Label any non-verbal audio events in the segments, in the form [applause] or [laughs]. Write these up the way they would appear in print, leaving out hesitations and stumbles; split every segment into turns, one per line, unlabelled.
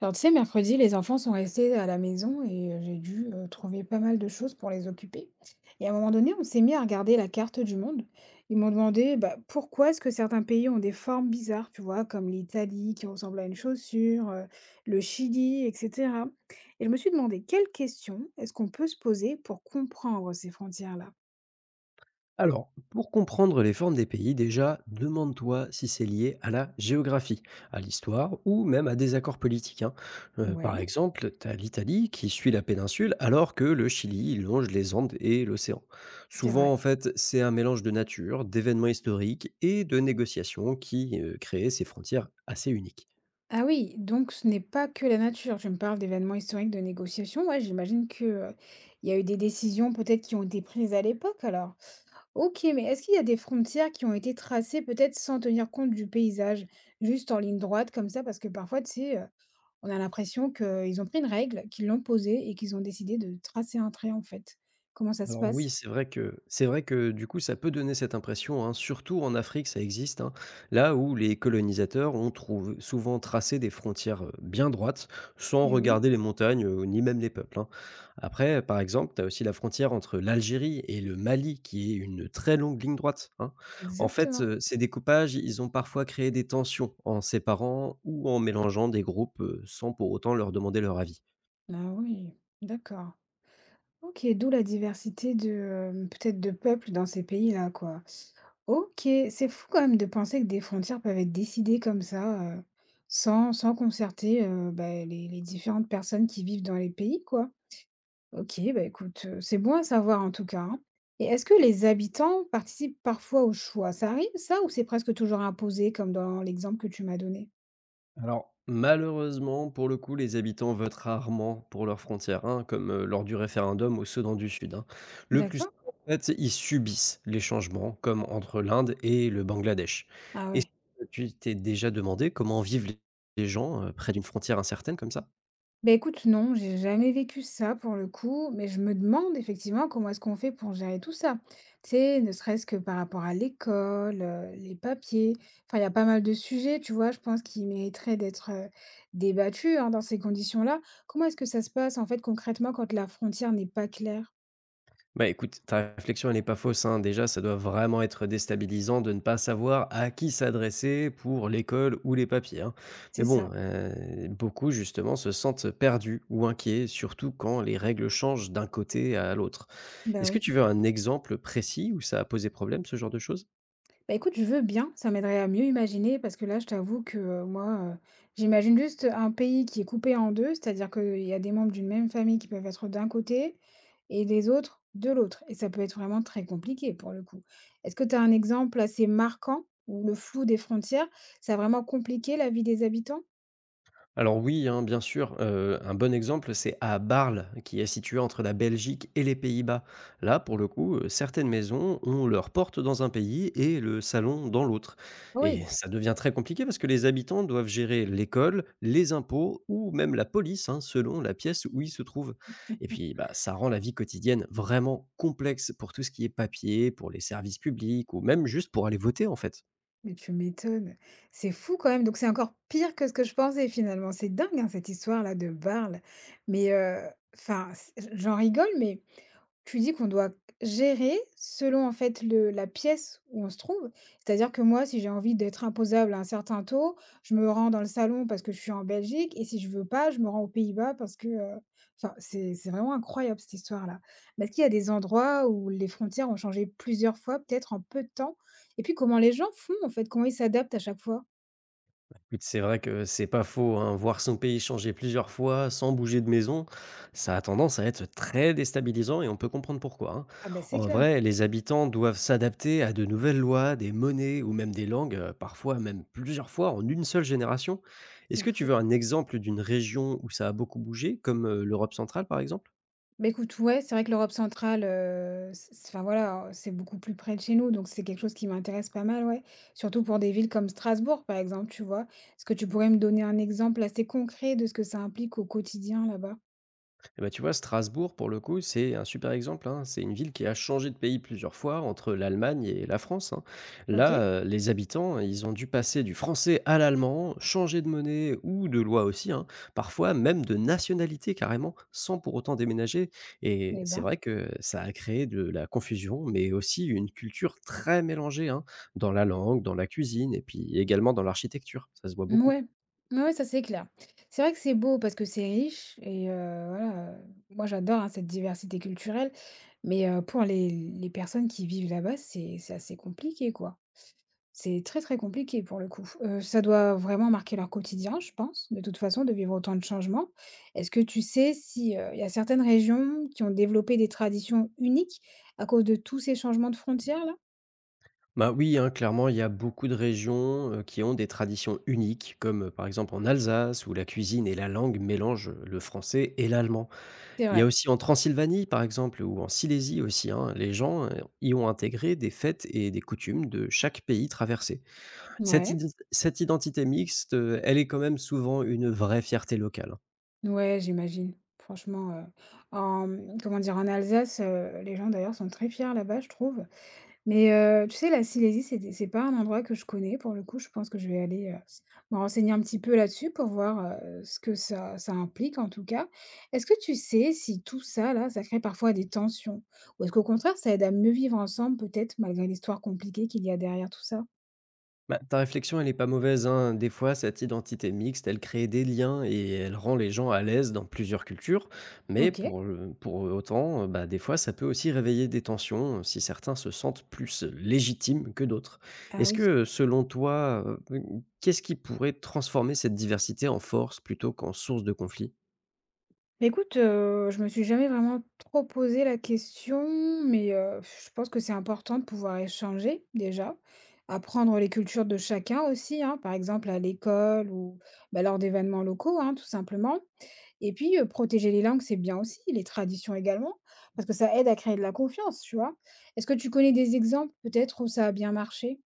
Alors, tu sais, mercredi, les enfants sont restés à la maison et j'ai dû trouver pas mal de choses pour les occuper. Et à un moment donné, on s'est mis à regarder la carte du monde. Ils m'ont demandé pourquoi est-ce que certains pays ont des formes bizarres, tu vois, comme l'Italie qui ressemble à une chaussure, le Chili, etc. Et je me suis demandé quelles questions est-ce qu'on peut se poser pour comprendre ces frontières-là.
Alors, pour comprendre les formes des pays, déjà, demande-toi si c'est lié à la géographie, à l'histoire ou même à des accords politiques, par
Ouais,
exemple, tu as l'Italie qui suit la péninsule alors que le Chili longe les Andes et l'océan.
c'est
Souvent,
vrai.
en fait, c'est un mélange de nature, d'événements historiques et de négociations qui créent ces frontières assez uniques.
Ah oui, donc ce n'est pas que la nature. Je me parle d'événements historiques, de négociations. Ouais, j'imagine que, il y a eu des décisions peut-être qui ont été prises à l'époque alors. OK, mais est-ce qu'il y a des frontières qui ont été tracées peut-être sans tenir compte du paysage? Juste en ligne droite comme ça? Parce que parfois, tu sais, on a l'impression qu'ils ont pris une règle, qu'ils l'ont posée et qu'ils ont décidé de tracer un trait en fait. Comment ça se
Alors oui,
passe?
c'est vrai que du coup ça peut donner cette impression, hein, surtout en Afrique ça existe, hein, là où les colonisateurs ont souvent tracé des frontières bien droites, sans
Eh oui,
regarder les montagnes ni même les peuples, Après, par exemple, tu as aussi la frontière entre l'Algérie et le Mali, qui est une très longue ligne droite, En fait,
exactement.
ces découpages, ils ont parfois créé des tensions en séparant ou en mélangeant des groupes sans pour autant leur demander leur avis.
Ah oui, d'accord. OK, d'où la diversité de, peut-être de peuples dans ces pays-là, quoi. OK, c'est fou quand même de penser que des frontières peuvent être décidées comme ça, sans concerter, bah, les différentes personnes qui vivent dans les pays, quoi. OK, bah, écoute, c'est bon à savoir en tout cas, hein. Et est-ce que les habitants participent parfois au choix? Ça arrive ça ou c'est presque toujours imposé comme dans l'exemple que tu m'as donné?
Alors, malheureusement, pour le coup, les habitants votent rarement pour leurs frontières, hein, comme lors du référendum au Soudan du Sud, Le plus
D'accord.
souvent, en fait, ils subissent les changements, comme entre l'Inde et le Bangladesh.
Ah
Est-ce
ouais.
que tu t'es déjà demandé comment vivent les gens près d'une frontière incertaine comme ça?
Beh, écoute, non, j'ai jamais vécu ça pour le coup, mais je me demande effectivement comment est-ce qu'on fait pour gérer tout ça. Tu sais, ne serait-ce que par rapport à l'école, les papiers. Enfin, il y a pas mal de sujets, tu vois, je pense qui mériteraient d'être débattus hein, dans ces conditions-là. Comment est-ce que ça se passe en fait concrètement quand la frontière n'est pas claire?
Écoute, ta réflexion, elle n'est pas fausse, hein. Déjà, ça doit vraiment être déstabilisant de ne pas savoir à qui s'adresser pour l'école ou les papiers, hein. Mais
C'est
bon,
ça.
beaucoup, justement, se sentent perdus ou inquiets, surtout quand les règles changent d'un côté à l'autre.
Bah
Est-ce que
oui.
tu veux un exemple précis où ça a posé problème, ce genre de choses?
Bah, écoute, je veux bien, ça m'aiderait à mieux imaginer parce que là, je t'avoue que moi, j'imagine juste un pays qui est coupé en deux, c'est-à-dire qu'il y a des membres d'une même famille qui peuvent être d'un côté et des autres de l'autre. Et ça peut être vraiment très compliqué pour le coup. Est-ce que tu as un exemple assez marquant où le flou des frontières, ça a vraiment compliqué la vie des habitants?
Alors oui, hein, bien sûr, un bon exemple, c'est à Bâle, qui est situé entre la Belgique et les Pays-Bas. Là, pour le coup, certaines maisons ont leur porte dans un pays et le salon dans l'autre, et
Oui,
ça devient très compliqué parce que les habitants doivent gérer l'école, les impôts ou même la police, hein, selon la pièce où ils se trouvent. Et puis, bah, ça rend la vie quotidienne vraiment complexe pour tout ce qui est papier, pour les services publics ou même juste pour aller voter, en fait.
mais tu m'étonnes. C'est fou quand même, donc c'est encore pire que ce que je pensais finalement. C'est dingue, hein, cette histoire-là de Barl. Mais, enfin, c j'en rigole, mais tu dis qu'on doit gérer selon en fait le la pièce où on se trouve. C'est-à-dire que moi, si j'ai envie d'être imposable à un certain taux, je me rends dans le salon parce que je suis en Belgique et si je veux pas, je me rends aux Pays-Bas parce que, enfin, c'est vraiment incroyable cette histoire-là. Mais est-ce qu'il y a des endroits où les frontières ont changé plusieurs fois, peut-être en peu de temps? Et puis comment les gens font, en fait? Comment ils s'adaptent à chaque fois?
Écoute, c'est vrai que c'est pas faux, hein. Voir son pays changer plusieurs fois sans bouger de maison, ça a tendance à être très déstabilisant et on peut comprendre pourquoi, hein.
Ah ben c'est
En
clair,
vrai, les habitants doivent s'adapter à de nouvelles lois, des monnaies ou même des langues, parfois même plusieurs fois en une seule génération. Est-ce
c'est
que tu
fou.
veux un exemple d'une région où ça a beaucoup bougé, comme l'Europe centrale par exemple?
Bah, écoute, ouais, c'est vrai que l'Europe centrale, c c enfin voilà, c'est beaucoup plus près de chez nous, donc c'est quelque chose qui m'intéresse pas mal, ouais. Surtout pour des villes comme Strasbourg, par exemple, tu vois? Est-ce que tu pourrais me donner un exemple assez concret de ce que ça implique au quotidien là-bas?
Eh ben, tu vois, Strasbourg, pour le coup, c'est un super exemple, C'est une ville qui a changé de pays plusieurs fois entre l'Allemagne et la France, Là,
OK,
les habitants, ils ont dû passer du français à l'allemand, changer de monnaie ou de loi aussi, hein, parfois même de nationalité carrément, sans pour autant déménager. Et
eh
c'est
ben.
vrai que ça a créé de la confusion, mais aussi une culture très mélangée, hein, dans la langue, dans la cuisine et puis également dans l'architecture. Ça se voit beaucoup.
Ouais, ouais, ouais, ça, c'est clair. C'est vrai que c'est beau parce que c'est riche et voilà, moi j'adore, hein, cette diversité culturelle, mais pour les personnes qui vivent là-bas, c'est assez compliqué, quoi. C'est très, très compliqué pour le coup. Ça doit vraiment marquer leur quotidien, je pense, de toute façon, de vivre autant de changements. Est-ce que tu sais si, il y a certaines régions qui ont développé des traditions uniques à cause de tous ces changements de frontières là?
Bah oui, hein, clairement, il y a beaucoup de régions qui ont des traditions uniques, comme par exemple en Alsace, où la cuisine et la langue mélangent le français et l'allemand.
C'est
Il y a
vrai,
aussi en Transylvanie, par exemple, ou en Silésie aussi, hein, les gens y ont intégré des fêtes et des coutumes de chaque pays traversé.
ouais.
Cette identité mixte, elle est quand même souvent une vraie fierté locale,
Ouais, j'imagine. Franchement, en comment dire? En Alsace, les gens d'ailleurs sont très fiers là-bas, je trouve. Mais, tu sais, la Silésie, c'est pas un endroit que je connais pour le coup. Je pense que je vais aller, me renseigner un petit peu là-dessus pour voir, ce que ça implique en tout cas. Est-ce que tu sais si tout ça là, ça crée parfois des tensions? Ou est-ce qu'au contraire ça aide à mieux vivre ensemble peut-être malgré l'histoire compliquée qu'il y a derrière tout ça?
Bah, ta réflexion, elle est pas mauvaise, hein. Des fois, cette identité mixte, elle crée des liens et elle rend les gens à l'aise dans plusieurs cultures. Mais
OK.
pour autant, bah, des fois, ça peut aussi réveiller des tensions si certains se sentent plus légitimes que d'autres.
Ah
Est-ce que,
oui.
selon toi, euh, qu'est-ce qui pourrait transformer cette diversité en force plutôt qu'en source de conflit?
Bah, écoute, je me suis jamais vraiment trop posé la question, mais je pense que c'est important de pouvoir échanger déjà, apprendre les cultures de chacun aussi, hein, par exemple à l'école ou bah, lors d'événements locaux, hein, tout simplement. Et puis, protéger les langues, c'est bien aussi, les traditions également, parce que ça aide à créer de la confiance, tu vois? Est-ce que tu connais des exemples peut-être où ça a bien marché?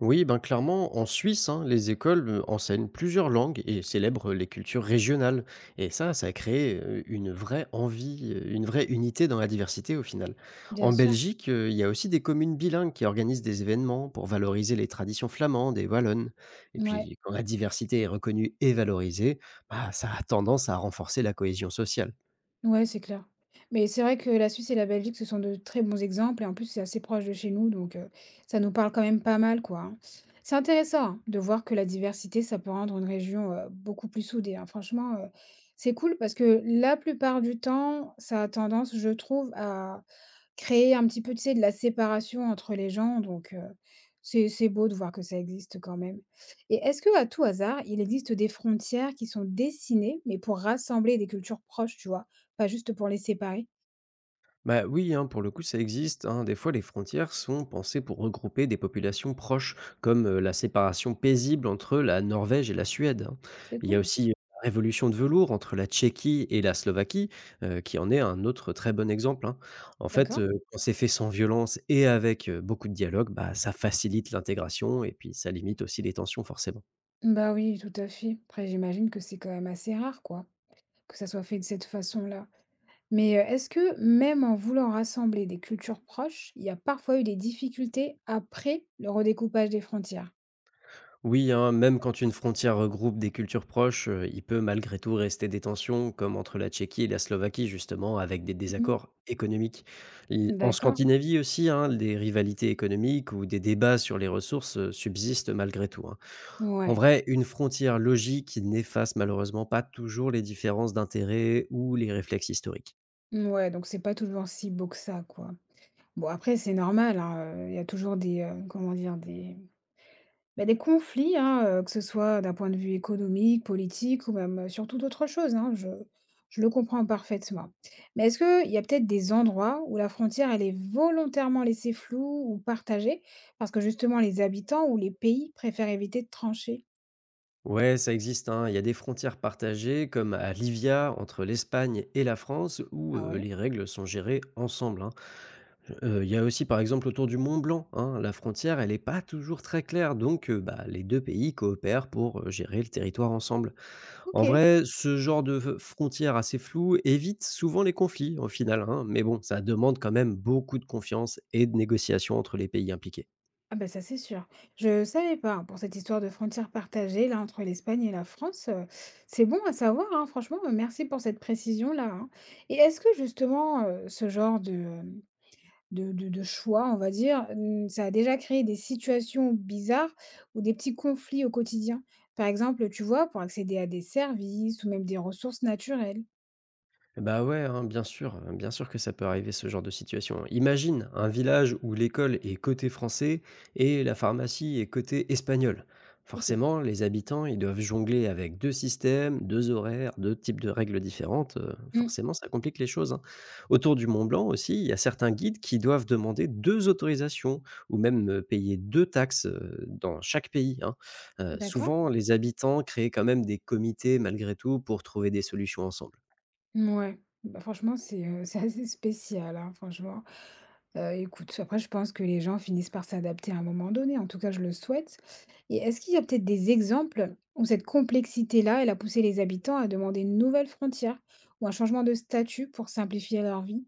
Oui, ben clairement, en Suisse, hein, les écoles enseignent plusieurs langues et célèbrent les cultures régionales. Et ça a créé une vraie envie, une vraie unité dans la diversité au final.
Bien
En
sûr,
Belgique, il y a aussi des communes bilingues qui organisent des événements pour valoriser les traditions flamandes et wallonnes. Et
ouais.
puis, quand la diversité est reconnue et valorisée, bah, ça a tendance à renforcer la cohésion sociale.
Ouais, c'est clair. Mais c'est vrai que la Suisse et la Belgique, ce sont de très bons exemples et en plus, c'est assez proche de chez nous, donc ça nous parle quand même pas mal, quoi. Hein. C'est intéressant hein, de voir que la diversité, ça peut rendre une région beaucoup plus soudée. Hein. Franchement, c'est cool parce que la plupart du temps, ça a tendance, je trouve, à créer un petit peu, tu sais, de la séparation entre les gens, donc c'est beau de voir que ça existe quand même. Et est-ce que à tout hasard, il existe des frontières qui sont dessinées, mais pour rassembler des cultures proches, tu vois? Pas juste pour les séparer?
Bah oui, hein, pour le coup, ça existe, Des fois, les frontières sont pensées pour regrouper des populations proches, comme la séparation paisible entre la Norvège et la Suède,
C'est
Il y a
cool.
aussi la révolution de velours entre la Tchéquie et la Slovaquie, qui en est un autre très bon exemple, En fait,
D'accord.
quand c'est fait sans violence et avec beaucoup de dialogue, bah, ça facilite l'intégration et puis ça limite aussi les tensions forcément.
Bah oui, tout à fait. Après, j'imagine que c'est quand même assez rare, quoi, que ça soit fait de cette façon-là. Mais est-ce que même en voulant rassembler des cultures proches, il y a parfois eu des difficultés après le redécoupage des frontières?
Oui, hein, même quand une frontière regroupe des cultures proches, il peut malgré tout rester des tensions, comme entre la Tchéquie et la Slovaquie, justement, avec des
Mhm.
désaccords économiques. En
D'accord?
Scandinavie aussi, hein, des rivalités économiques ou des débats sur les ressources subsistent malgré tout, En
Ouais.
vrai, une frontière logique n'efface malheureusement pas toujours les différences d'intérêts ou les réflexes historiques.
Ouais, donc c'est pas toujours si beau que ça, quoi. Bon, après, c'est normal, hein, il y a toujours des, comment dire, des, bah, des conflits, hein, que ce soit d'un point de vue économique, politique ou même, sur toute autre chose, hein, je le comprends parfaitement. Mais est-ce qu'il y a peut-être des endroits où la frontière, elle est volontairement laissée floue ou partagée parce que justement les habitants ou les pays préfèrent éviter de trancher?
Ouais, ça existe, Il y a des frontières partagées, comme à Livia, entre l'Espagne et la France, où
Ah ouais?
les règles sont gérées ensemble. Hein. Il y a aussi, par exemple, autour du Mont Blanc, hein, la frontière, elle n'est pas toujours très claire, donc bah, les 2 pays coopèrent pour, gérer le territoire ensemble. En
OK.
vrai, ce genre de f frontières assez floue évite souvent les conflits, au final, hein, mais bon, ça demande quand même beaucoup de confiance et de négociations entre les pays impliqués.
Ah ben ça, c'est sûr. Je savais pas, hein, pour cette histoire de frontière partagée là entre l'Espagne et la France, c'est bon à savoir, hein, franchement, merci pour cette précision-là, hein. Et est-ce que justement, ce genre de, euh, de choix, on va dire, mmh, ça a déjà créé des situations bizarres ou des petits conflits au quotidien. Par exemple, tu vois, pour accéder à des services ou même des ressources naturelles.
Bah, ouais, hein, bien sûr, bien sûr que ça peut arriver ce genre de situation. Imagine un village où l'école est côté français et la pharmacie est côté espagnol.
OK.
Forcément, les habitants, ils doivent jongler avec 2 systèmes, 2 horaires, 2 types de règles différentes,
Mmh,
forcément ça complique les choses, hein. Autour du Mont Blanc aussi, il y a certains guides qui doivent demander 2 autorisations ou même, payer 2 taxes, dans chaque pays, hein.
d'accord.
Souvent les habitants créent quand même des comités malgré tout pour trouver des solutions ensemble.
Ouais. Bah, franchement, c'est, [laughs] c'est assez spécial, hein, franchement. Écoute, après je pense que les gens finissent par s'adapter à un moment donné, en tout cas je le souhaite et est-ce qu'il y a peut-être des exemples où cette complexité-là, elle a poussé les habitants à demander une nouvelle frontière ou un changement de statut pour simplifier leur vie?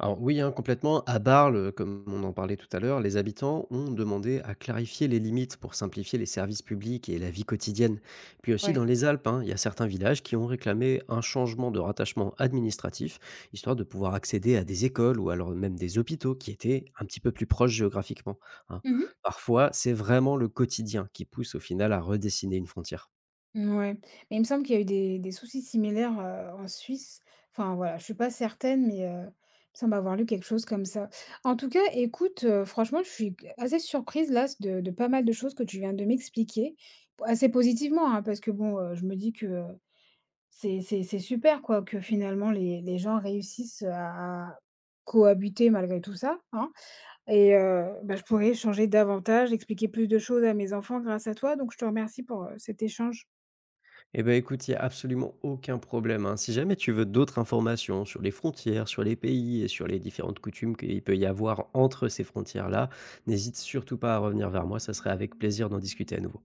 Alors oui, hein, complètement. À Barle, comme on en parlait tout à l'heure, les habitants ont demandé à clarifier les limites pour simplifier les services publics et la vie quotidienne. Puis aussi
Ouais.
dans les Alpes, hein, il y a certains villages qui ont réclamé un changement de rattachement administratif, histoire de pouvoir accéder à des écoles ou alors même des hôpitaux qui étaient un petit peu plus proches géographiquement, hein.
Mmh.
Parfois, c'est vraiment le quotidien qui pousse au final à redessiner une frontière.
Ouais, mais il me semble qu'il y a eu des soucis similaires, en Suisse. Enfin voilà, je suis pas certaine, mais, il me semble avoir lu quelque chose comme ça. En tout cas, écoute, franchement, je suis assez surprise là, de pas mal de choses que tu viens de m'expliquer. Assez positivement, hein, parce que bon, je me dis que, c'est super quoi, que finalement les gens réussissent, à cohabiter malgré tout ça, hein et bah, je pourrais échanger davantage, expliquer plus de choses à mes enfants grâce à toi, donc je te remercie pour, cet échange.
Eh ben, écoute, il y a absolument aucun problème, hein. Si jamais tu veux d'autres informations sur les frontières, sur les pays et sur les différentes coutumes qu'il peut y avoir entre ces frontières-là, n'hésite surtout pas à revenir vers moi, ça serait avec plaisir d'en discuter à nouveau.